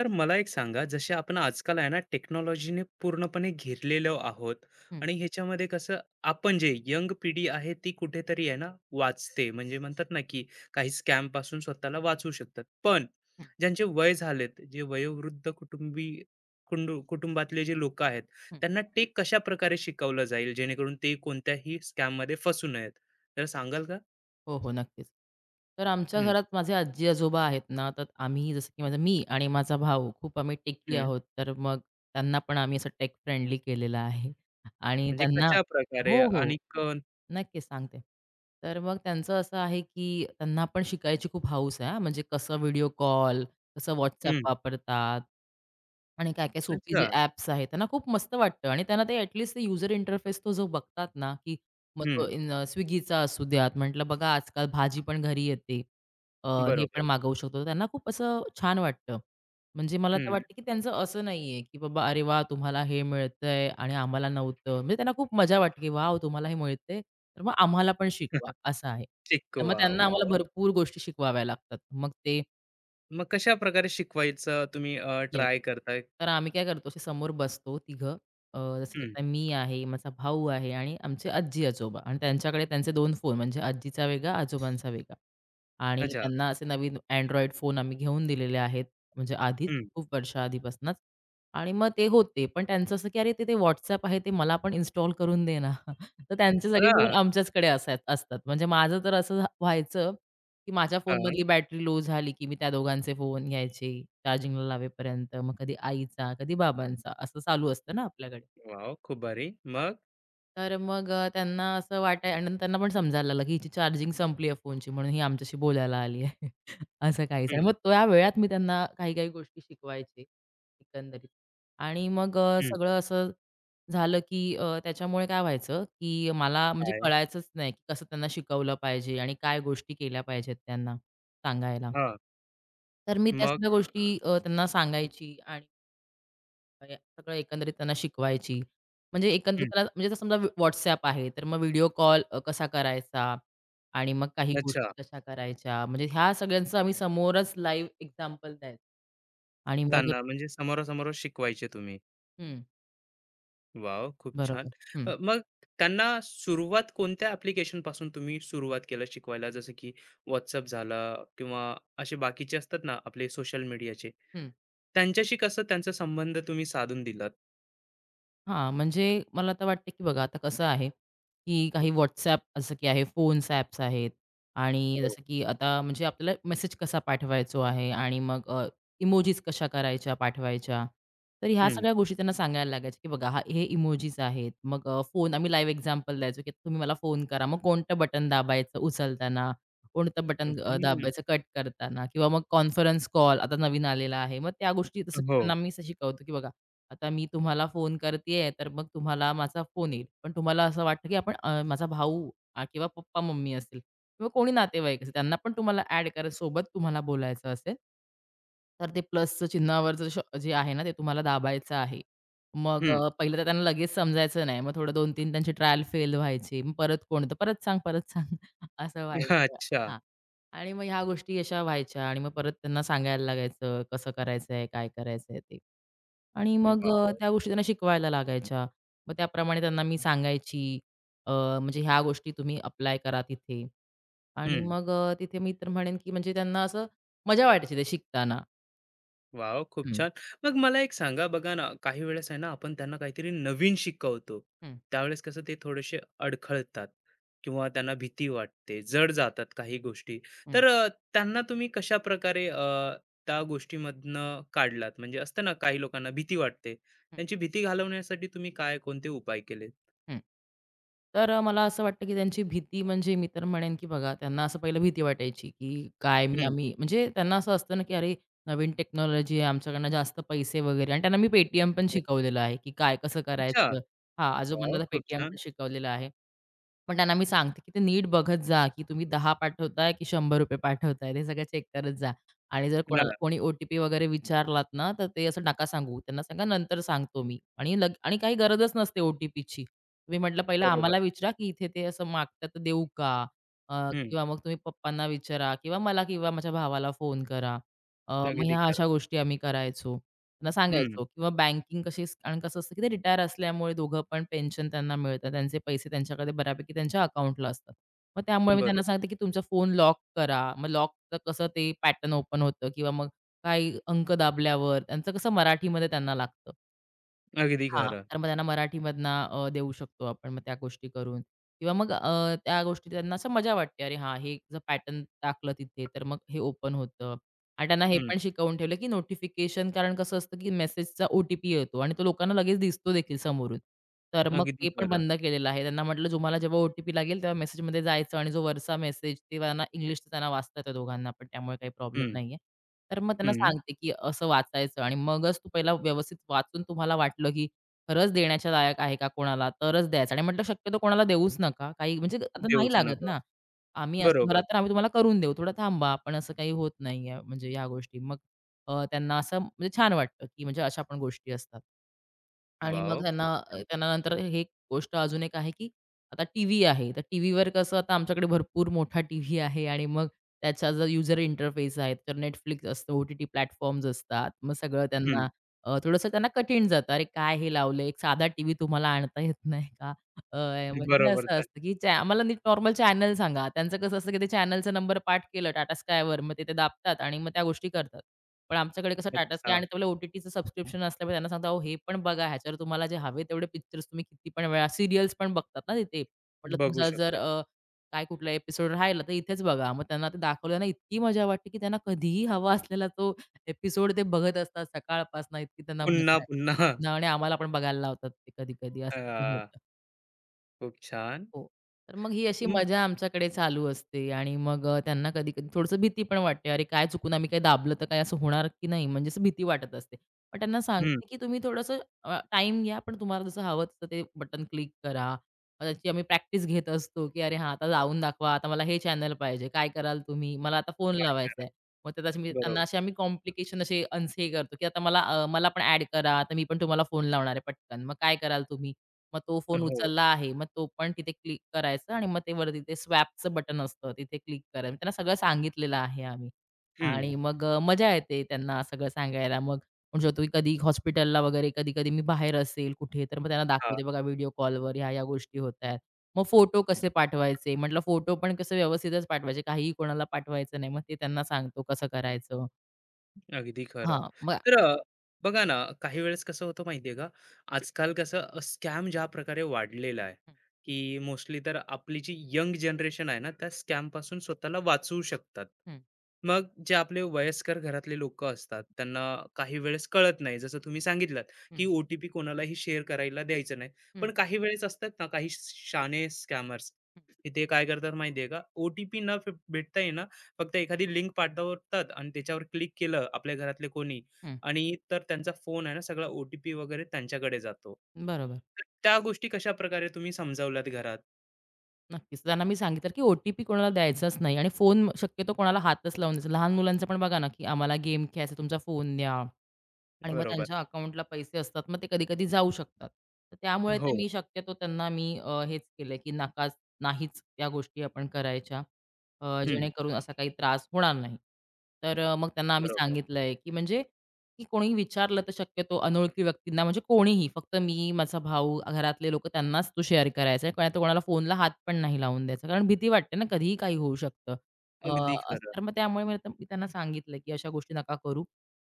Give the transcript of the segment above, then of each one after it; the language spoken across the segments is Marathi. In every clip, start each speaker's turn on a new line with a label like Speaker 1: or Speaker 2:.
Speaker 1: तर मला एक सांगा, जसे आपण आजकाल आहे ना, टेक्नॉलॉजीने पूर्णपणे घेरलेलो आहोत
Speaker 2: हं,
Speaker 1: आणि ह्याच्यामध्ये कसं आपण जे यंग पिढी आहे ती कुठेतरी आहे ना, वाचते, म्हणजे म्हणतात ना की काही स्कॅम पासून स्वतःला वाचू शकतात, पण
Speaker 2: हं,
Speaker 1: ज्यांचे वय झालेत, जे वयोवृद्ध कुटुंबी, कुटुंबातले जे लोक आहेत,
Speaker 2: हं.
Speaker 1: त्यांना ते कशा प्रकारे शिकवलं जाईल जेणेकरून ते कोणत्याही स्कॅम मध्ये फसू नयेत? तर सांगाल का?
Speaker 2: हो, हो, नक्कीच. तर आमच्या
Speaker 1: हम्म,
Speaker 2: घरात माझे आजी-आजोबा आहेत ना, तर आम्ही जसं की मी आणि माझा भाऊ खूप आम्ही टेकी
Speaker 1: हम्म,
Speaker 2: आहोत. तर मग त्यांना पण आम्ही असं टेक फ्रेंडली केलेलं आहे आणि
Speaker 1: म्हणजे
Speaker 2: त्यांना
Speaker 1: कशा प्रकारे
Speaker 2: हो, हो,
Speaker 1: आणि
Speaker 2: नक्कीच सांगते. तर मग त्यांचं असं आहे, की त्यांना पण शिकायची खूप हौस आहे हां, म्हणजे कसं व्हिडिओ कॉल, कसं WhatsApp
Speaker 1: हम्म.
Speaker 2: वापरतात आणि काय-काय सोपी जे
Speaker 1: अच्छा.
Speaker 2: ॲप्स आहेत, त्यांना खूप मस्त वाटतं आणि त्यांना ते ॲटलीस्ट यूजर इंटरफेस तो जो बघतात ना, की मग तो
Speaker 1: हम्म.
Speaker 2: इन स्विगीचा असू द्यात, म्हटलं बघा आजकाल भाजी पण घरी येते. अ, हे पण
Speaker 1: बरोबर.
Speaker 2: मागवू शकतो. त्यांना खूप असं छान वाटतं. म्हणजे मला तर
Speaker 1: हं.
Speaker 2: वाटतं, की त्यांचं असं नाहीये, की बाबा "अरे वाह! तुम्हाला हे मिळतंय आणि आम्हाला नव्हतं." म्हणजे त्यांना खूप मजा वाटते, की "वॉव! तुम्हाला हे मिळतंय, तर मग आम्हाला पण शिकवा." असं आहे. त्यामुळे
Speaker 1: शिकवा.
Speaker 2: त्यांना आम्हाला
Speaker 1: वाह!
Speaker 2: भरपूर गोष्टी शिकवाव्या लागतात. मग ते
Speaker 1: मग कशाप्रकारे शिकवायचं तुम्ही
Speaker 2: येस.
Speaker 1: ट्राय करताय?
Speaker 2: तर आम्ही काय करतो, असे समोर बसतो तिघं. जसं की
Speaker 1: हं.
Speaker 2: आता मी आहे, माझा भाऊ आहे आणि आमचे आजी-आजोबा आणि त्यांच्याकडे त्यांचे दोन फोन म्हणजे आजीचा वेगळा, आजोबांचा वेगळा आणि
Speaker 1: अच्छा.
Speaker 2: त्यांना असे नवीन Android फोन आम्ही घेऊन दिलेले आहेत. म्हणजे आधीच
Speaker 1: हं.
Speaker 2: खूप वर्षाआधीपासूनच आणि मग ते होते. पण त्यांचं असं की "अरे, ते WhatsApp आहे, ते मला पण इन्स्टॉल करून दे ना." तर त्यांचे सगळे
Speaker 1: हां,
Speaker 2: फोन आमच्याचकडे असाय असतात. म्हणजे माझं तर असं व्हायचं की माझ्या फोनमधली
Speaker 1: हां.
Speaker 2: बॅटरी लो झाली, की मी त्या दोघांचे फोन घ्यायचे, चार्जिंगला लावेपर्यंत. मग कधी आईचा, कधी बाबांचा असं चालू असतं ना आपल्याकडे.
Speaker 1: वॉव! खूप भारी.
Speaker 2: हां.
Speaker 1: मग?
Speaker 2: तर मग त्यांना असं वाटाय आणि त्यांना पण समजायला लागलं, की हिची चार्जिंग संपली आहे फोनची म्हणून ही आमच्याशी बोलायला आली आहे. असं काहीच आणि
Speaker 1: हं,
Speaker 2: मग त्या वेळात मी त्यांना काही-काही गोष्टी शिकवायचे एकंदरीत. आणि मग
Speaker 1: हं.
Speaker 2: सगळं असं झालं, की त्याच्यामुळे काय व्हायचं, की मला म्हणजे
Speaker 1: काय?
Speaker 2: कळायचंच नाही, की कसं त्यांना शिकवलं पाहिजे आणि काय गोष्टी केल्या पाहिजेत त्यांना सांगायला.
Speaker 1: हां.
Speaker 2: तर मी त्या
Speaker 1: मग?
Speaker 2: सगळ्या गोष्टी त्यांना सांगायची आणि या सगळं एकंदरीत त्यांना शिकवायची. म्हणजे एकंदरीत
Speaker 1: हं.
Speaker 2: त्याला म्हणजे आता समजा WhatsApp आहे, तर मग व्हिडिओ कॉल कसा करायचा आणि मग काही गोष्टी
Speaker 1: अच्छा.
Speaker 2: कशा करायच्या. म्हणजे ह्या सगळ्यांचं आम्ही समोरच लाईव्ह एक्झाम्पल द्यायचो आणि मग
Speaker 1: त्यांना म्हणजे समोरासमोर शिकवायचे तुम्ही.
Speaker 2: हं,
Speaker 1: वॉव! खूप छान.
Speaker 2: बरोबर. हं,
Speaker 1: मग त्यांना सुरुवात कोणत्या ॲप्लिकेशनपासून तुम्ही सुरुवात केलं शिकवायला? जसं की WhatsApp झालं, किंवा असे बाकीचे असतात ना आपले सोशल मीडियाचे.
Speaker 2: हं.
Speaker 1: त्यांच्याशी कसं त्यांचा संबंध तुम्ही साधून दिलात?
Speaker 2: हां, म्हणजे मला तर वाटतं, की बघा आता कसं आहे, की काही WhatsApp जसं की आहे, फोन्स ॲप्स आहेत आणि जसं की आता म्हणजे आपल्याला मेसेज कसा पाठवायचो आहे आणि मग कशा करायच्या, पाठवायच्या. तर ह्या
Speaker 1: हं,
Speaker 2: सगळ्या गोष्टी त्यांना सांगायला लागायच्या, की बघा हा हे इमोजीस आहेत. मग फोन आम्ही लाईव्ह एक्झाम्पल द्यायचो, की तुम्ही मला फोन करा. मग कोणतं बटन दाबायचं उचलताना, कोणतं बटन
Speaker 1: हं,
Speaker 2: दाबायचं कट करताना किंवा मग कॉन्फरन्स कॉल आता नवीन आलेला आहे. मग त्या गोष्टी तसं
Speaker 1: हो.
Speaker 2: त्यांना मी असं शिकवतो, की बघा आता मी तुम्हाला फोन करतेय, तर मग तुम्हाला माझा फोन येईल. पण तुम्हाला असं वाटतं, की आपण माझा भाऊ किंवा पप्पा-मम्मी असेल किंवा कोणी नातेवाईक असेल, त्यांना पण तुम्हाला ॲड करा सोबत तुम्हाला बोलायचं असेल, तर ते प्लसचं चिन्हावर जर जे आहे ना, ते तुम्हाला दाबायचं आहे. मग
Speaker 1: हं.
Speaker 2: पहिलं तर त्यांना लगेच समजायचं नाही. मग थोडं 2-3 त्यांची ट्रायल फेल व्हायची. मग परत कोणतं, "परत सांग, परत सांग." असं व्हायचं.
Speaker 1: अच्छा.
Speaker 2: हां. आणि मग ह्या गोष्टी अशा व्हायच्या आणि मग परत त्यांना सांगायला लागायचं, कसं करायचंय, काय करायचंय ते. आणि मग
Speaker 1: वॉव!
Speaker 2: त्या गोष्टी त्यांना शिकवायला लागायच्या. मग त्याप्रमाणे त्यांना मी सांगायची, म्हणजे ह्या गोष्टी तुम्ही अप्लाय करा तिथे. आणि
Speaker 1: हं.
Speaker 2: मग तिथे मी तर म्हणेन, की म्हणजे त्यांना असं मजा वाटायची ते शिकताना.
Speaker 1: वॉव! खूप
Speaker 2: हं,
Speaker 1: छान. मग मला एक सांगा, बघा ना, काही वेळेस आहे ना, आपण त्यांना काहीतरी नवीन शिकवतो.
Speaker 2: हं,
Speaker 1: त्यावेळेस कसं ते थोडेसे अडखळतात किंवा त्यांना भीती वाटते, जड जातात काही गोष्टी.
Speaker 2: हं,
Speaker 1: तर त्यांना तुम्ही कशाप्रकारे त्या गोष्टीमधनं काढलात? म्हणजे असतं ना, काही लोकांना भीती वाटते.
Speaker 2: हं,
Speaker 1: त्यांची भीती घालवण्यासाठी तुम्ही काय कोणते उपाय केले?
Speaker 2: हं. तर मला असं वाटतं, की त्यांची भीती म्हणजे मी तर म्हणेन, की बघा त्यांना असं पहिलं भीती वाटायची, की काय मी
Speaker 1: हं.
Speaker 2: आम्ही म्हणजे त्यांना असं असतं ना, की अरे नवीन टेक्नॉलॉजी आहे, आमच्याकडनं जास्त पैसे वगैरे आणि त्यांना मी Paytm पण शिकवलेलं आहे, की काय कसं
Speaker 1: अच्छा.
Speaker 2: करायचं? हां, आजोबांना
Speaker 1: वॉव!
Speaker 2: तर
Speaker 1: खूप
Speaker 2: Paytm पण
Speaker 1: छान.
Speaker 2: शिकवलेलं आहे. पण त्यांना मी सांगते, की ते नीट बघत जा, की तुम्ही 10 पाठवताय की ₹100 पाठवताय ते सगळं चेक करत जा. आणि जर
Speaker 1: हां,
Speaker 2: कोणाला कोणी ओ-टी-पी वगैरे विचारलात ना, तर ते असं नका सांगू. त्यांना सांगा नंतर सांगतो मी आणि आणि काही गरजच नसते ओ टी तुम्ही म्हटलं पहिलं
Speaker 1: बरोबर.
Speaker 2: आम्हाला विचारा, की इथे ते असं मागतात तर देऊ का? अ, किंवा मग तुम्ही पप्पांना विचारा किंवा मला किंवा माझ्या भावाला फोन करा. मग
Speaker 1: अगदी
Speaker 2: ह्या
Speaker 1: खरं.
Speaker 2: अशा गोष्टी आम्ही करायचो. त्यांना
Speaker 1: हं,
Speaker 2: सांगायचो किंवा बँकिंग कशी कारण कसं असतं, की ते रिटायर असल्यामुळे दोघं पण पेन्शन त्यांना मिळतं. त्यांचे पैसे त्यांच्याकडे बऱ्यापैकी त्यांच्या अकाउंटला असतात. मग त्यामुळे मी त्यांना
Speaker 1: बरोबर.
Speaker 2: सांगते, की तुमचा फोन लॉक करा. मग लॉकचं कसं ते पॅटर्न ओपन होतं किंवा मग काही अंक दाबल्यावर त्यांचं कसं मराठीमध्ये त्यांना लागतं.
Speaker 1: अगदी
Speaker 2: हां,
Speaker 1: खरं.
Speaker 2: तर मग त्यांना मराठीमधनं देऊ शकतो आपण मग त्या गोष्टी करून किंवा मग त्या गोष्टी त्यांना असं मजा वाटते, "अरे हां, हे जर पॅटर्न टाकलं तिथे तर मग हे ओपन होतं." आणि त्यांना हे
Speaker 1: हं,
Speaker 2: पण शिकवून ठेवलं, की नोटिफिकेशन कारण कसं असतं, की मेसेजचा ओ-टी-पी येतो आणि तो लोकांना लगेच दिसतो देखील समोरून. तर मग
Speaker 1: अगदी
Speaker 2: ते पण
Speaker 1: खरं.
Speaker 2: बंद केलेलं आहे. त्यांना म्हटलं, "तुम्हाला जेव्हा ओ लागेल तेव्हा मेसेजमध्ये जायचं आणि जो वरचा मेसेज तेव्हा त्यांना इंग्लिशचा त्यांना वाचता येतं दोघांना पण त्यामुळे काही प्रॉब्लेम
Speaker 1: हं,
Speaker 2: नाहीये." तर मग त्यांना
Speaker 1: हं.
Speaker 2: सांगते, की असं वाचायचं आणि मगच तू पहिला व्यवस्थित वाचून तुम्हाला वाटलं, की खरंच देण्याच्या लायक आहे का कोणाला? तरच द्यायचं आणि म्हटलं शक्यतो कोणाला देऊच नका. काही म्हणजे आता नाही
Speaker 1: देऊच
Speaker 2: लागत
Speaker 1: नका.
Speaker 2: ना. आम्ही असू घरात
Speaker 1: बरोबर.
Speaker 2: तर आम्ही तुम्हाला करून देऊ. थोडं थांबा. पण असं काही होत नाहीये म्हणजे या गोष्टी. मग त्यांना असं म्हणजे छान वाटतं, की म्हणजे अशा पण गोष्टी असतात. आणि मग
Speaker 1: वॉव!
Speaker 2: त्यांना
Speaker 1: खूप छान.
Speaker 2: त्यांना नंतर हे एक गोष्ट अजून एक आहे, की आता टीव्ही आहे. तर टीव्हीवर कसं आता आमच्याकडे भरपूर मोठा टीव्ही आहे आणि मग त्याचा जो यूजर इंटरफेस आहे, तर Netflix असतं, ओ-टी-टी प्लॅटफॉर्म्स असतात. मग सगळं
Speaker 1: हं,
Speaker 2: त्यांना थोडंसं त्यांना कठीण जातं. अरे काय हे लावलं? एक साधा टीव्ही तुम्हाला आणता येत नाही का? अ, म्हणजे
Speaker 1: बरोबर.
Speaker 2: असं
Speaker 1: तर
Speaker 2: असतं, की आम्हाला नीट नॉर्मल चॅनल सांगा. त्यांचं कसं असतं, की ते चॅनलचा नंबर पाठ केलं Tata Skyवर, मग ते ते दाबतात आणि मग त्या गोष्टी करतात. पण आमच्याकडे कसं टाटा Sky
Speaker 1: अच्छा,
Speaker 2: आणि तुम्हाला ओ सबस्क्रिप्शन असल्यामुळे त्यांना सांगता, "अहो हे पण बघा, ह्याच्यावर तुम्हाला जे हवे तेवढे पिक्चर्स तुम्ही किती पण वेळा" सीरियल्स पण बघतात ना तिथे. म्हटलं
Speaker 1: बघू
Speaker 2: तुमचा जर
Speaker 1: शकतो.
Speaker 2: काय कुठला एपिसोड राहिला, तर इथेच बघा. मग त्यांना ते दाखवलं ना, इतकी मजा वाटते, की त्यांना कधीही हवा असलेला तो एपिसोड ते बघत असतात सकाळपासून इतकी त्यांना
Speaker 1: पुन्हा,
Speaker 2: मजा आहे.
Speaker 1: पुन्हा.
Speaker 2: ना. आणि आम्हाला पण बघायला लावतात ते कधी-कधी
Speaker 1: अ,
Speaker 2: असं पण होतं.
Speaker 1: खूप छान.
Speaker 2: हो. तर मग ही अशी
Speaker 1: हं,
Speaker 2: मजा आमच्याकडे चालू असते आणि मग त्यांना कधी-कधी थोडंसं भीती पण वाटते. अरे, काय चुकून आम्ही काय दाबलं तर काय असं होणार की नाही? म्हणजे असं भीती वाटत असते. पण त्यांना
Speaker 1: हं.
Speaker 2: सांगते की तुम्ही थोडंसं टाईम घ्या, पण तुम्हाला जसं हवं तसं ते बटन क्लिक करा. मग त्याची आम्ही प्रॅक्टिस घेत असतो की "अरे, हां, आता लावून दाखवा. आता मला हे चॅनल पाहिजे. काय कराल तुम्ही? मला आता फोन
Speaker 1: ट्राय
Speaker 2: लावायचा
Speaker 1: करा.
Speaker 2: आहे." मग त्यात मी त्यांना
Speaker 1: बरोबर.
Speaker 2: असे आम्ही कॉम्प्लिकेशन असे अनसे करतो की "आता मला मला पण ॲड करा. आता मी पण तुम्हाला फोन लावणार आहे पटकन. मग काय कराल तुम्ही?" मग तो फोन
Speaker 1: हो.
Speaker 2: उचलला आहे, मग तो पण तिथे क्लिक करायचं आणि मग ते वरती ते स्वॅपचं बटन असतं, तिथे क्लिक करायचं. त्यांना सगळं सांगितलेलं आहे आम्ही
Speaker 1: हं.
Speaker 2: आणि मग मजा येते त्यांना सगळं सांगायला. मग म्हणू शकतो, की कधी हॉस्पिटलला वगैरे, कधी-कधी मी बाहेर असेल कुठे, तर मग त्यांना दाखवते बघा व्हिडिओ कॉलवर ह्या-ह्या गोष्टी होतायत. मग फोटो कसे पाठवायचे, म्हटलं फोटो पण कसं व्यवस्थितच पाठवायचे, काहीही कोणाला पाठवायचं नाही. मग ते त्यांना सांगतो कसं करायचं.
Speaker 1: अगदी खरं.
Speaker 2: हां, मग
Speaker 1: तर बघा ना, काही वेळेस कसं होतं माहिती आहे का, आजकाल कसं स्कॅम ज्या प्रकारे वाढलेला आहे,
Speaker 2: हं,
Speaker 1: की मोस्टली तर आपली जी यंग जनरेशन आहे ना, त्या स्कॅमपासून स्वतःला वाचवू शकतात.
Speaker 2: हं,
Speaker 1: मग जे आपले वयस्कर घरातले लोकं असतात, त्यांना काही वेळेस कळत नाही. जसं तुम्ही सांगितलात, की
Speaker 2: हं,
Speaker 1: कोणालाही शेअर करायला द्यायचं नाही.
Speaker 2: हं,
Speaker 1: पण काही वेळेस असतात ना, काही स्कॅमर्स,
Speaker 2: हं,
Speaker 1: ते काय करतात माहिती का, ओ न फ भेटता फक्त एखादी लिंक पाठवतात आणि त्याच्यावर क्लिक केलं आपल्या घरातले कोणी,
Speaker 2: हं.
Speaker 1: आणि तर त्यांचा फोन आहे ना, सगळा ओटीपी वगैरे त्यांच्याकडे जातो.
Speaker 2: बरोबर.
Speaker 1: तर त्या गोष्टी कशा प्रकारे तुम्ही समजावल्यात घरात?
Speaker 2: नक्कीच. त्यांना मी सांगितलं, की ओ कोणाला द्यायचाच नाही आणि फोन शक्यतो कोणाला हातच लावून द्यायचा. लहान मुलांचं पण बघा ना, की आम्हाला गेम खेळायचा, तुमचा फोन द्या. आणि मग
Speaker 1: बरोबर.
Speaker 2: त्यांच्या अकाउंटला पैसे असतात. मग ते कधी-कधी जाऊ शकतात. तर त्यामुळे बरं.
Speaker 1: हो.
Speaker 2: तर मी शक्यतो त्यांना मी हेच केलंय, की नकाच नाहीच या गोष्टी आपण करायच्या. हं.
Speaker 1: हं.
Speaker 2: जेणेकरून असा काही त्रास होणार नाही. तर मग त्यांना आम्ही
Speaker 1: बरोबर.
Speaker 2: सांगितलंय, की म्हणजे की कोणी विचारलं तर शक्यतो अनोळखी व्यक्तींना म्हणजे कोणीही फक्त मी, माझा भाऊ, घरातले लोकं त्यांनाच तो शेअर करायचा आहे. कोणाला कोणाला फोनला हात पण नाही लावून द्यायचा. कारण भीती वाटते ना, कधीही काही होऊ शकतं.
Speaker 1: अगदी
Speaker 2: हो.
Speaker 1: खरं.
Speaker 2: तर मग त्यामुळे मी त्यांना सांगितलं, की अशा गोष्टी नका करू.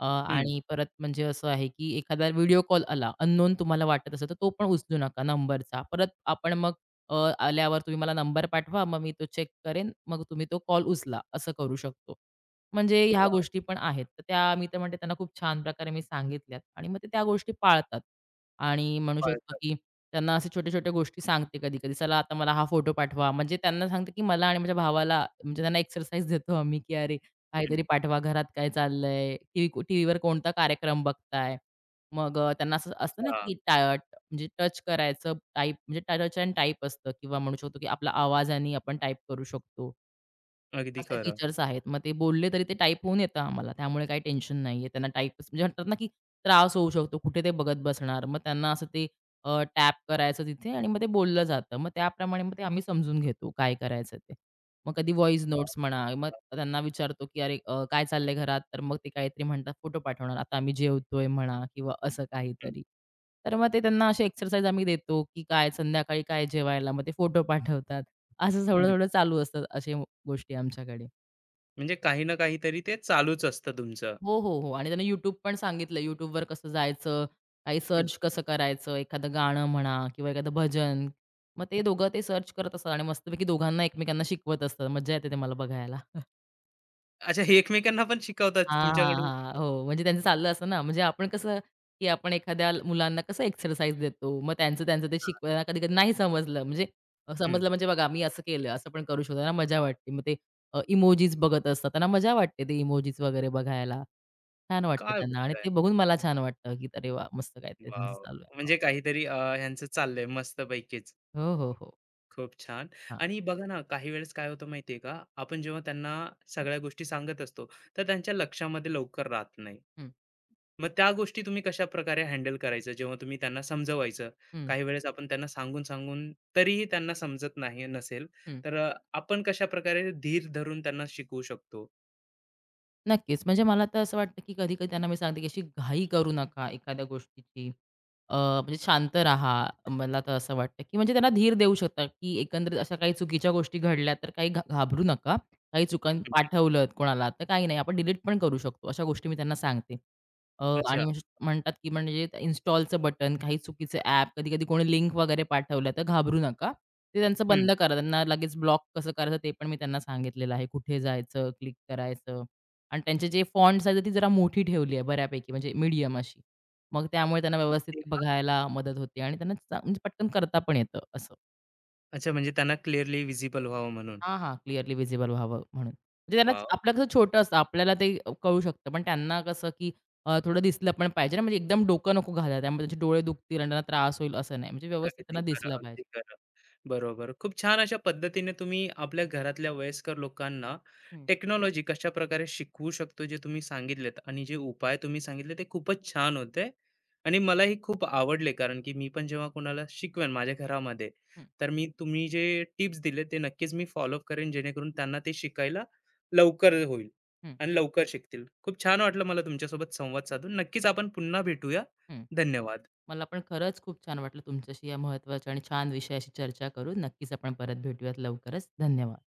Speaker 1: हं.
Speaker 2: आणि परत म्हणजे असं आहे की एखादा व्हिडिओ कॉल आला, अननोन तुम्हाला वाटत असेल, तर तो पण उचलू नका नंबरचा. परत आपण मग अ, आल्यावर तुम्ही मला नंबर पाठवा, मग मी तो चेक करेन, मग तुम्ही तो कॉल उचला, असं करू शकतो. म्हणजे ह्या हो.
Speaker 1: वा
Speaker 2: गोष्टी पण आहेत. तर त्या मी तर म्हणते त्यांना खूप छान प्रकारे मी सांगितल्यात आणि मग ते त्या गोष्टी पाळतात आणि म्हणू शकतो
Speaker 1: पाळतात.
Speaker 2: की त्यांना असे छोट्या-छोट्या गोष्टी सांगते कधी-कधी. चला आता मला हा फोटो पाठवा. म्हणजे त्यांना सांगते की मला आणि माझ्या भावाला म्हणजे त्यांना एक्सरसाइज देतो आम्ही की अरे,
Speaker 1: हं.
Speaker 2: काहीतरी पाठवा, घरात काय चाललंय, टीव्हीवर कोणता कार्यक्रम बघताय. मग त्यांना असं असतं ना,
Speaker 1: हां.
Speaker 2: की टा म्हणजे टच करायचं, टाइप म्हणजे टच एंड टाइप असतं किंवा म्हणू शकतो, की आपला आवाजाने आपण टाइप करू शकतो.
Speaker 1: अगदी
Speaker 2: असे
Speaker 1: खरं.
Speaker 2: फीचर्स आहेत. मग ते बोलले तरी ते टाइप होऊन येतं आम्हाला. त्यामुळे काही टेन्शन नाहीये. त्यांना टाइप म्हणजे म्हणतात ना, की त्रास होऊ शकतो. कुठे ते बघत बसणार. मग त्यांना असं ते टॅप करायचं तिथे आणि मग ते बोललं जातं. मग त्याप्रमाणे मग ते आम्ही समजून घेतो काय करायचं ते. मग कधी व्हॉईस
Speaker 1: वाह!
Speaker 2: नोट्स म्हणा, मग
Speaker 1: छान.
Speaker 2: त्यांना विचारतो, की "अरे काय चाललंय घरात?" तर मग ते काहीतरी म्हणतात, फोटो पाठवणार. आता आम्ही जेवतोय म्हणा किंवा असं
Speaker 1: हं,
Speaker 2: काहीतरी. तर मग ते त्यांना अशी एक्सरसाइज आम्ही देतो, की काय संध्याकाळी काय जेवायला? मग ते फोटो पाठवतात. असं
Speaker 1: हं.
Speaker 2: थोडं-थोडं चालू असतं असे गोष्टी आमच्याकडे.
Speaker 1: म्हणजे काही ना काहीतरी ते चालूच असतं तुमचं.
Speaker 2: हो, हो, हो. आणि त्यांनी YouTube पण सांगितलं YouTubeवर कसं जायचं, काही
Speaker 1: हं,
Speaker 2: सर्च कसं करायचं, एखादं गाणं म्हणा किंवा एखादं भजन. मग ते
Speaker 1: हं.
Speaker 2: दोघं ते सर्च करत असतात आणि मस्तपैकी दोघांना एकमेकांना शिकवत असतात. मज्जा येते ते मला बघायला.
Speaker 1: अच्छा, हे एकमेकांना पण शिकवतात
Speaker 2: हां, हां,
Speaker 1: तुमच्याकडून.
Speaker 2: हां. हो, म्हणजे त्यांचं चाललं असतं ना, म्हणजे आपण कसं, की आपण एखाद्या मुलांना कसं एक्सरसाइज देतो, मग त्यांचं त्यांचं ते शिकवायला कधी-कधी नाही समजलं, म्हणजे
Speaker 1: हं.
Speaker 2: समजलं म्हणजे बघा मी असं केलं, असं पण करू शकतो, त्यांना मजा वाटते. मग ते इमोजीज बघत असतात, त्यांना मजा वाटते ते इमोजीज वगैरे बघायला. छान वाटतं
Speaker 1: काय
Speaker 2: त्यांना आणि
Speaker 1: बोलताय?
Speaker 2: ते बघून मला छान वाटतं, की "अरे वाह! मस्त काहीतरी त्यांचं
Speaker 1: वॉव!
Speaker 2: चालू
Speaker 1: म्हणजे
Speaker 2: आहे."
Speaker 1: काहीतरी ह्यांचं चाललंय मस्तपैकीच.
Speaker 2: हो, हो, हो. हो.
Speaker 1: खूप छान.
Speaker 2: हां.
Speaker 1: आणि बघा ना, काही वेळेस काय होतं माहिती आहे का, आपण जेव्हा त्यांना सगळ्या गोष्टी सांगत असतो, तर त्यांच्या लक्षामध्ये लवकर राहत नाही.
Speaker 2: हं,
Speaker 1: मग त्या गोष्टी तुम्ही कशा प्रकारे हँडल करायचं जेव्हा तुम्ही त्यांना समजवायचं?
Speaker 2: हं,
Speaker 1: काही वेळेस आपण त्यांना सांगून-सांगून तरीही त्यांना समजत नाही नसेल,
Speaker 2: हं.
Speaker 1: तर आपण कशाप्रकारे धीर धरून त्यांना शिकवू शकतो?
Speaker 2: नक्कीच. म्हणजे मला तर असं वाटतं, की कधी-कधी त्यांना मी सांगते, की अशी घाई करू नका एखाद्या गोष्टीची. अ, म्हणजे शांत राहा. मला तर असं वाटतं, की म्हणजे त्यांना धीर देऊ शकता, की एकंदरीत अशा काही चुकीच्या गोष्टी घडल्या तर काही घाबरू नका. काही चुकां
Speaker 1: हं.
Speaker 2: पाठवलत कोणाला तर काही नाही. आपण डिलीट पण करू शकतो. अशा गोष्टी मी त्यांना सांगते. आणि
Speaker 1: अच्छा.
Speaker 2: म्हणजे म्हणतात, की म्हणजे इन्स्टॉलचं बटन, काही चुकीचे ॲप, कधी-कधी कोणी लिंक वगैरे पाठवल्या तर घाबरू नका. ते त्यांचं
Speaker 1: हं.
Speaker 2: बंद करा. त्यांना लगेच ब्लॉक कसं करायचं ते पण मी त्यांना सांगितलेलं आहे. कुठे जायचं, क्लिक करायचं आणि त्यांचे जे फॉन्ट्स आहेत ती जरा मोठी ठेवली आहे बऱ्यापैकी म्हणजे मीडियम अशी. मग त्यामुळे त्यांना व्यवस्थित ते बघायला मदत होते आणि त्यांना म्हणजे पटकन करता पण येतं असं.
Speaker 1: अच्छा, म्हणजे त्यांना क्लिअरली व्हिजिबल व्हावं म्हणून.
Speaker 2: हां, हां. क्लिअरली व्हिजिबल व्हावं म्हणून. म्हणजे त्यांना
Speaker 1: वॉव!
Speaker 2: आपलं कसं छोटं असतं, आपल्याला ते कळू शकतं. पण त्यांना कसं, की थोडं दिसलं पण पाहिजे ना, म्हणजे एकदम डोकं नको घालायला. त्यामुळे त्यांचे डोळे दुखतील आणि त्यांना त्रास होईल असं नाही. म्हणजे व्यवस्थित
Speaker 1: अगदी
Speaker 2: त्यांना
Speaker 1: खरं,
Speaker 2: दिसलं
Speaker 1: अगदी
Speaker 2: पाहिजे.
Speaker 1: खरं. बरोबर. खूप छान अशा पद्धतीने तुम्ही आपल्या घरातल्या वयस्कर लोकांना
Speaker 2: हं,
Speaker 1: टेक्नॉलॉजी कशा प्रकारे शिकवू शकतो जे तुम्ही सांगितलेत, आणि जे उपाय तुम्ही सांगितले ते खूपच छान होते आणि मलाही खूप आवडले, कारण की मी पण जेव्हा कोणाला शिकवेन माझ्या घरामध्ये,
Speaker 2: हं,
Speaker 1: तर मी, तुम्ही जे टिप्स दिले ते नक्कीच मी फॉलोअप करेन जेणेकरून त्यांना ते शिकायला लवकर होईल
Speaker 2: हं,
Speaker 1: आणि लवकर शिकतील. खूप छान वाटलं मला तुमच्यासोबत संवाद साधून. नक्कीच आपण पुन्हा भेटूया.
Speaker 2: हं.
Speaker 1: धन्यवाद.
Speaker 2: मला पण खरंच खूप छान वाटलं तुमच्याशी या महत्त्वाच्या आणि छान विषयाशी चर्चा करून. नक्कीच आपण परत भेटूयात लवकरच. धन्यवाद.